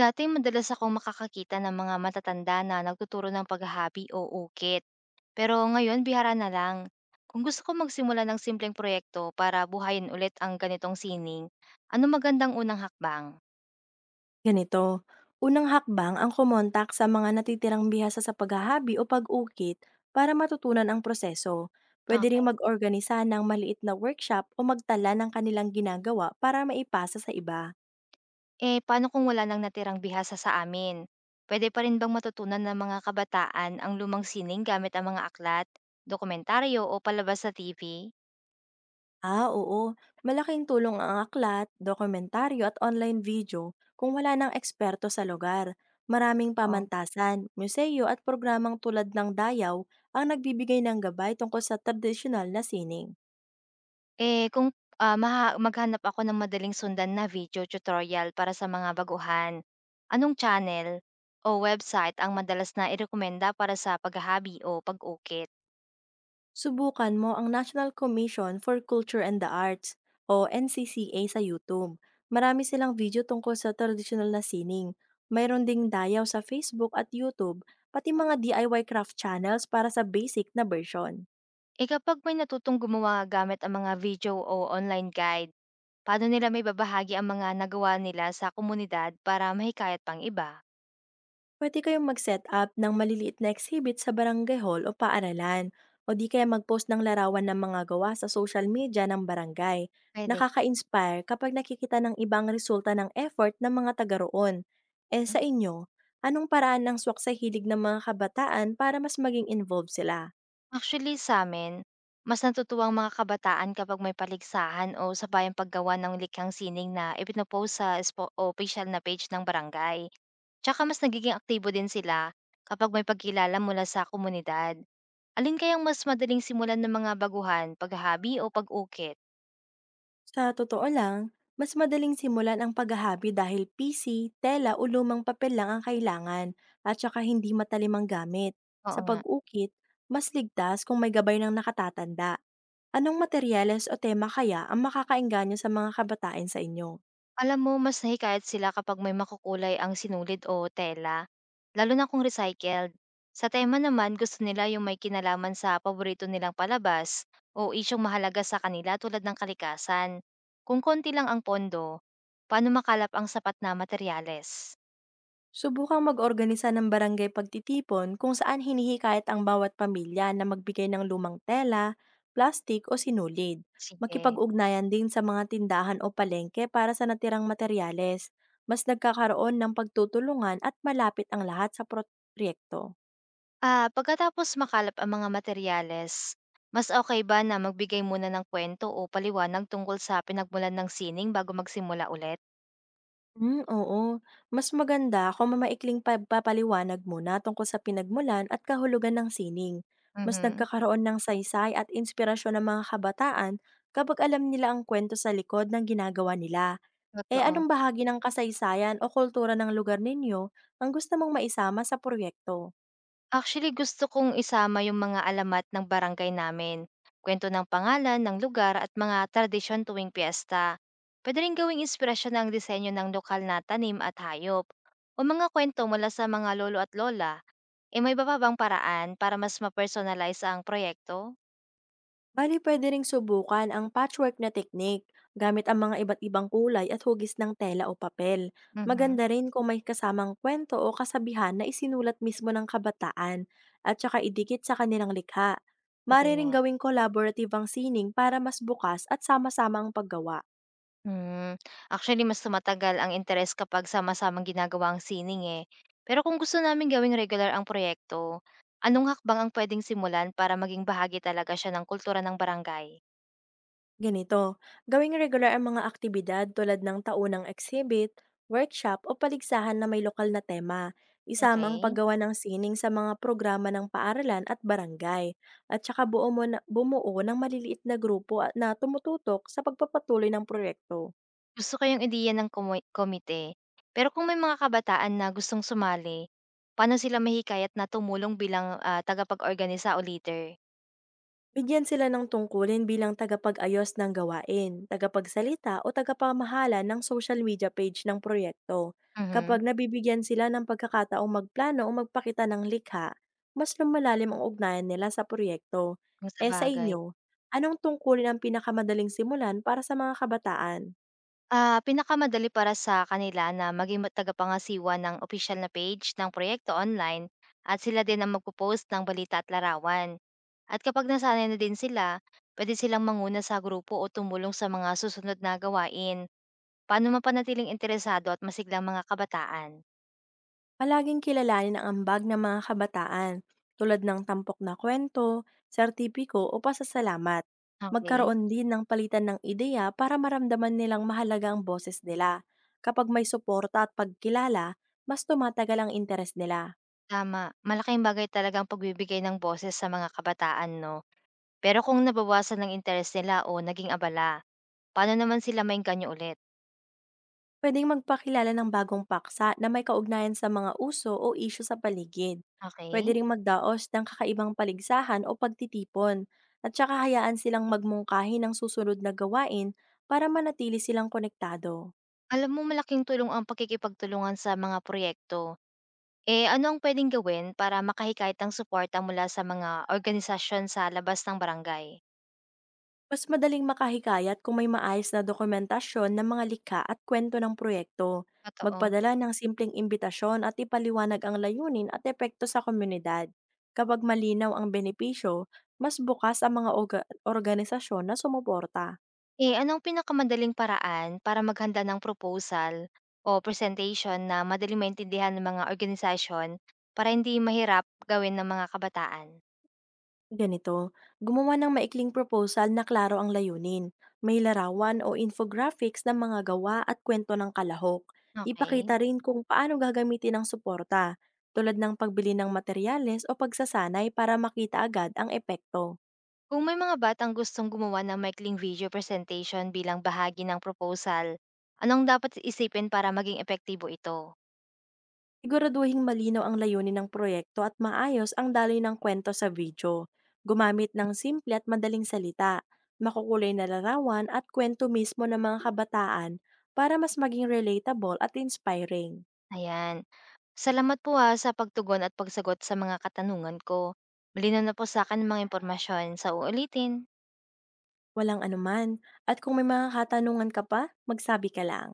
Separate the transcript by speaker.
Speaker 1: Dati madalas akong makakakita ng mga matatanda na nagtuturo ng paghahabi o ukit. Pero ngayon bihara na lang. Kung gusto ko magsimula ng simpleng proyekto para buhayin ulit ang ganitong sining, ano magandang unang hakbang?
Speaker 2: Ganito, unang hakbang ang kumontak sa mga natitirang bihasa sa paghahabi o pag-ukit para matutunan ang proseso. Pwede ring
Speaker 1: Okay.
Speaker 2: mag-organisa ng maliit na workshop o magtala ng kanilang ginagawa para maipasa sa iba.
Speaker 1: Eh paano kung wala nang natirang bihasa sa amin? Pwede pa rin bang matutunan ng mga kabataan ang lumang sining gamit ang mga aklat, dokumentaryo o palabas sa TV?
Speaker 2: Ah, oo. Malaking tulong ang aklat, dokumentaryo at online video kung wala ng eksperto sa lugar. Maraming pamantasan, museo at programang tulad ng Dayaw ang nagbibigay ng gabay tungkol sa tradisyonal na sining.
Speaker 1: Eh, kung, ah, maha maghanap ako ng madaling sundan na video tutorial para sa mga baguhan, anong channel o website ang madalas na irekomenda para sa paghahabi o pag-ukit?
Speaker 2: Subukan mo ang National Commission for Culture and the Arts o NCCA sa YouTube. Marami silang video tungkol sa traditional na sining. Mayroon ding dayaw sa Facebook at YouTube, pati mga DIY craft channels para sa basic na version.
Speaker 1: Eh, kapag may natutong gumawa gamit ang mga video o online guide, paano nila may babahagi ang mga nagawa nila sa komunidad para mahikayat pang iba?
Speaker 2: Pwede kayong mag-set up ng maliliit na exhibit sa barangay hall o paaralan, o di kaya mag-post ng larawan ng mga gawa sa social media ng barangay.
Speaker 1: Puwede.
Speaker 2: Nakaka-inspire kapag nakikita ng ibang resulta ng effort ng mga taga roon. Eh sa inyo, anong paraan ng swak sa hilig ng mga kabataan para mas maging involved sila?
Speaker 1: Actually sa amin mas natutuwa mga kabataan kapag may paligsahan o sabayang paggawa ng likhang sining na ipinopost sa espo o official na page ng barangay. Tsaka mas nagiging aktibo din sila kapag may pagkilala mula sa komunidad. Alin kayang mas madaling simulan ng mga baguhan, paghahabi o pag-ukit?
Speaker 2: Sa totoo lang, mas madaling simulan ang paghahabi dahil PC, tela o lumang papel lang ang kailangan at saka hindi matalimang gamit.
Speaker 1: Oo
Speaker 2: Sa
Speaker 1: nga.
Speaker 2: pag-ukit, mas ligtas kung may gabay ng nakatatanda. Anong materyales o tema kaya ang makakaengganyo sa mga kabataan sa inyo?
Speaker 1: Alam mo mas nahikayat sila kapag may makukulay ang sinulid o tela, lalo na kung recycled. Sa tema naman, gusto nila yung may kinalaman sa paborito nilang palabas o isyung mahalaga sa kanila tulad ng kalikasan. Kung konti lang ang pondo, paano makalap ang sapat na materyales?
Speaker 2: Subukang mag-organisa ng barangay pagtitipon kung saan hinihikayat ang bawat pamilya na magbigay ng lumang tela, plastik o sinulid.
Speaker 1: Sige.
Speaker 2: Makipag-ugnayan din sa mga tindahan o palengke para sa natirang materyales. Mas nagkakaroon ng pagtutulungan at malapit ang lahat sa proyekto.
Speaker 1: Ah, pagkatapos makalap ang mga materyales, mas okay ba na magbigay muna ng kwento o paliwanag tungkol sa pinagmulan ng sining bago magsimula ulit?
Speaker 2: Hmm, oo. Mas maganda kung mamaikling pagpapaliwanag muna tungkol sa pinagmulan at kahulugan ng sining. Mas
Speaker 1: Mhm,
Speaker 2: nagkakaroon ng saysay at inspirasyon ng mga kabataan kapag alam nila ang kwento sa likod ng ginagawa nila. Eh
Speaker 1: totoo.
Speaker 2: anong bahagi ng kasaysayan o kultura ng lugar ninyo ang gusto mong maisama sa proyekto?
Speaker 1: Actually, gusto kong isama yung mga alamat ng barangay namin, kwento ng pangalan ng lugar at mga tradisyon tuwing piyesta. Pwede rin gawing inspirasyon ang disenyo ng lokal na tanim at hayop o mga kwento mula sa mga lolo at lola. E may iba pa bang paraan para mas ma-personalize ang proyekto?
Speaker 2: Bali puwede ring subukan ang patchwork na teknik gamit ang mga iba't ibang kulay at hugis ng tela o papel.
Speaker 1: Mhm.
Speaker 2: Maganda rin kung may kasamang kwento o kasabihan na isinulat mismo ng kabataan at saka idikit sa kanilang likha.
Speaker 1: Pwede
Speaker 2: Mari
Speaker 1: nga.
Speaker 2: gawing collaborative ang sining para mas bukas at sama-sama ang paggawa.
Speaker 1: Hmm, actually mas tumatagal ang interes kapag sama-samang ginagawa ang sining, eh. Pero kung gusto namin gawing regular ang proyekto, anong hakbang ang pwedeng simulan para maging bahagi talaga siya ng kultura ng barangay?
Speaker 2: Ganito, gawing regular ang mga aktibidad tulad ng taunang exhibit, workshop o paligsahan na may lokal na tema. Isama ang
Speaker 1: Okay.
Speaker 2: paggawa ng sining sa mga programa ng paaralan at barangay. At saka bumuo ng maliliit na grupo na tumututok sa pagpapatuloy ng proyekto.
Speaker 1: Gusto ko yung ideya ng komite. Pero kung may mga kabataan na gustong sumali, paano sila mahikayat na tumulong bilang, tagapag-organisa o leader?
Speaker 2: Bigyan sila ng tungkulin bilang tagapag-ayos ng gawain, tagapagsalita o tagapamahala ng social media page ng proyekto. Kapag
Speaker 1: Mhm,
Speaker 2: nabibigyan sila ng pagkakataong magplano o magpakita ng likha, mas lumalalim ang ugnayan nila sa proyekto.
Speaker 1: kung
Speaker 2: Eh sa
Speaker 1: sabagay.
Speaker 2: inyo, anong tungkulin ang pinakamadaling simulan para sa mga kabataan?
Speaker 1: Pinakamadali para sa kanila na maging tagapangasiwa ng official na page ng proyekto online at sila din ang magpo-post ng balita at larawan. At kapag nasanay na din sila, pwede silang manguna sa grupo o tumulong sa mga susunod na gawain. Paano mapanatiling interesado at masiglang mga kabataan?
Speaker 2: Palaging kilalanin ang ambag ng mga kabataan tulad ng tampok na kwento, sertipiko o pasasalamat.
Speaker 1: Okay,
Speaker 2: Magkaroon din ng palitan ng ideya para maramdaman nilang mahalaga ang boses nila. Kapag may suporta at pagkilala, mas tumatagal ang interes nila.
Speaker 1: tama. Malaking bagay talagang ang pagbibigay ng boses sa mga kabataan 'no. Pero kung nabawasan ng interes nila o naging abala, paano naman sila maengganyo ulit?
Speaker 2: Pwedeng magpakilala ng bagong paksa na may kaugnayan sa mga uso o isyu sa paligid. Pwede
Speaker 1: Okay.
Speaker 2: ring magdaos ng kakaibang paligsahan o pagtitipon at saka hayaan silang magmungkahi ng susunod na gawain para manatili silang konektado.
Speaker 1: Alam mo malaking tulong ang pakikipagtulungan sa mga proyekto. Eh ano ang pwedeng gawin para makahikayat ng suporta mula sa mga organisasyon sa labas ng barangay?
Speaker 2: Mas madaling makahikayat kung may maayos na dokumentasyon ng mga likha at kwento ng proyekto.
Speaker 1: Totoo.
Speaker 2: Magpadala ng simpleng imbitasyon at ipaliwanag ang layunin at epekto sa komunidad. Kapag malinaw ang benepisyo, mas bukas ang mga organisasyon na sumuporta.
Speaker 1: Eh anong pinakamadaling paraan para maghanda ng proposal o presentation na madaling maintindihan ng mga organisasyon para hindi mahirap gawin ng mga kabataan?
Speaker 2: Ganito, gumawa ng maikling proposal na klaro ang layunin. May larawan o infographics ng mga gawa at kwento ng kalahok.
Speaker 1: Okay.
Speaker 2: Ipakita rin kung paano gagamitin ang suporta, tulad ng pagbili ng materyales o pagsasanay para makita agad ang epekto.
Speaker 1: Kung may mga batang gustong gumawa ng maikling video presentation bilang bahagi ng proposal, anong dapat isipin para maging epektibo ito?
Speaker 2: Siguraduhin malino ang layunin ng proyekto at maayos ang daloy ng kwento sa video. Gumamit ng simple at madaling salita, makukulay na larawan at kwento mismo ng mga kabataan para mas maging relatable at inspiring.
Speaker 1: Ayan. Salamat po ha sa pagtugon at pagsagot sa mga katanungan ko. Malinaw na po sa akin ang mga impormasyon. Sa uulitin.
Speaker 2: Walang anuman. At kung may mga katanungan ka pa, magsabi ka lang.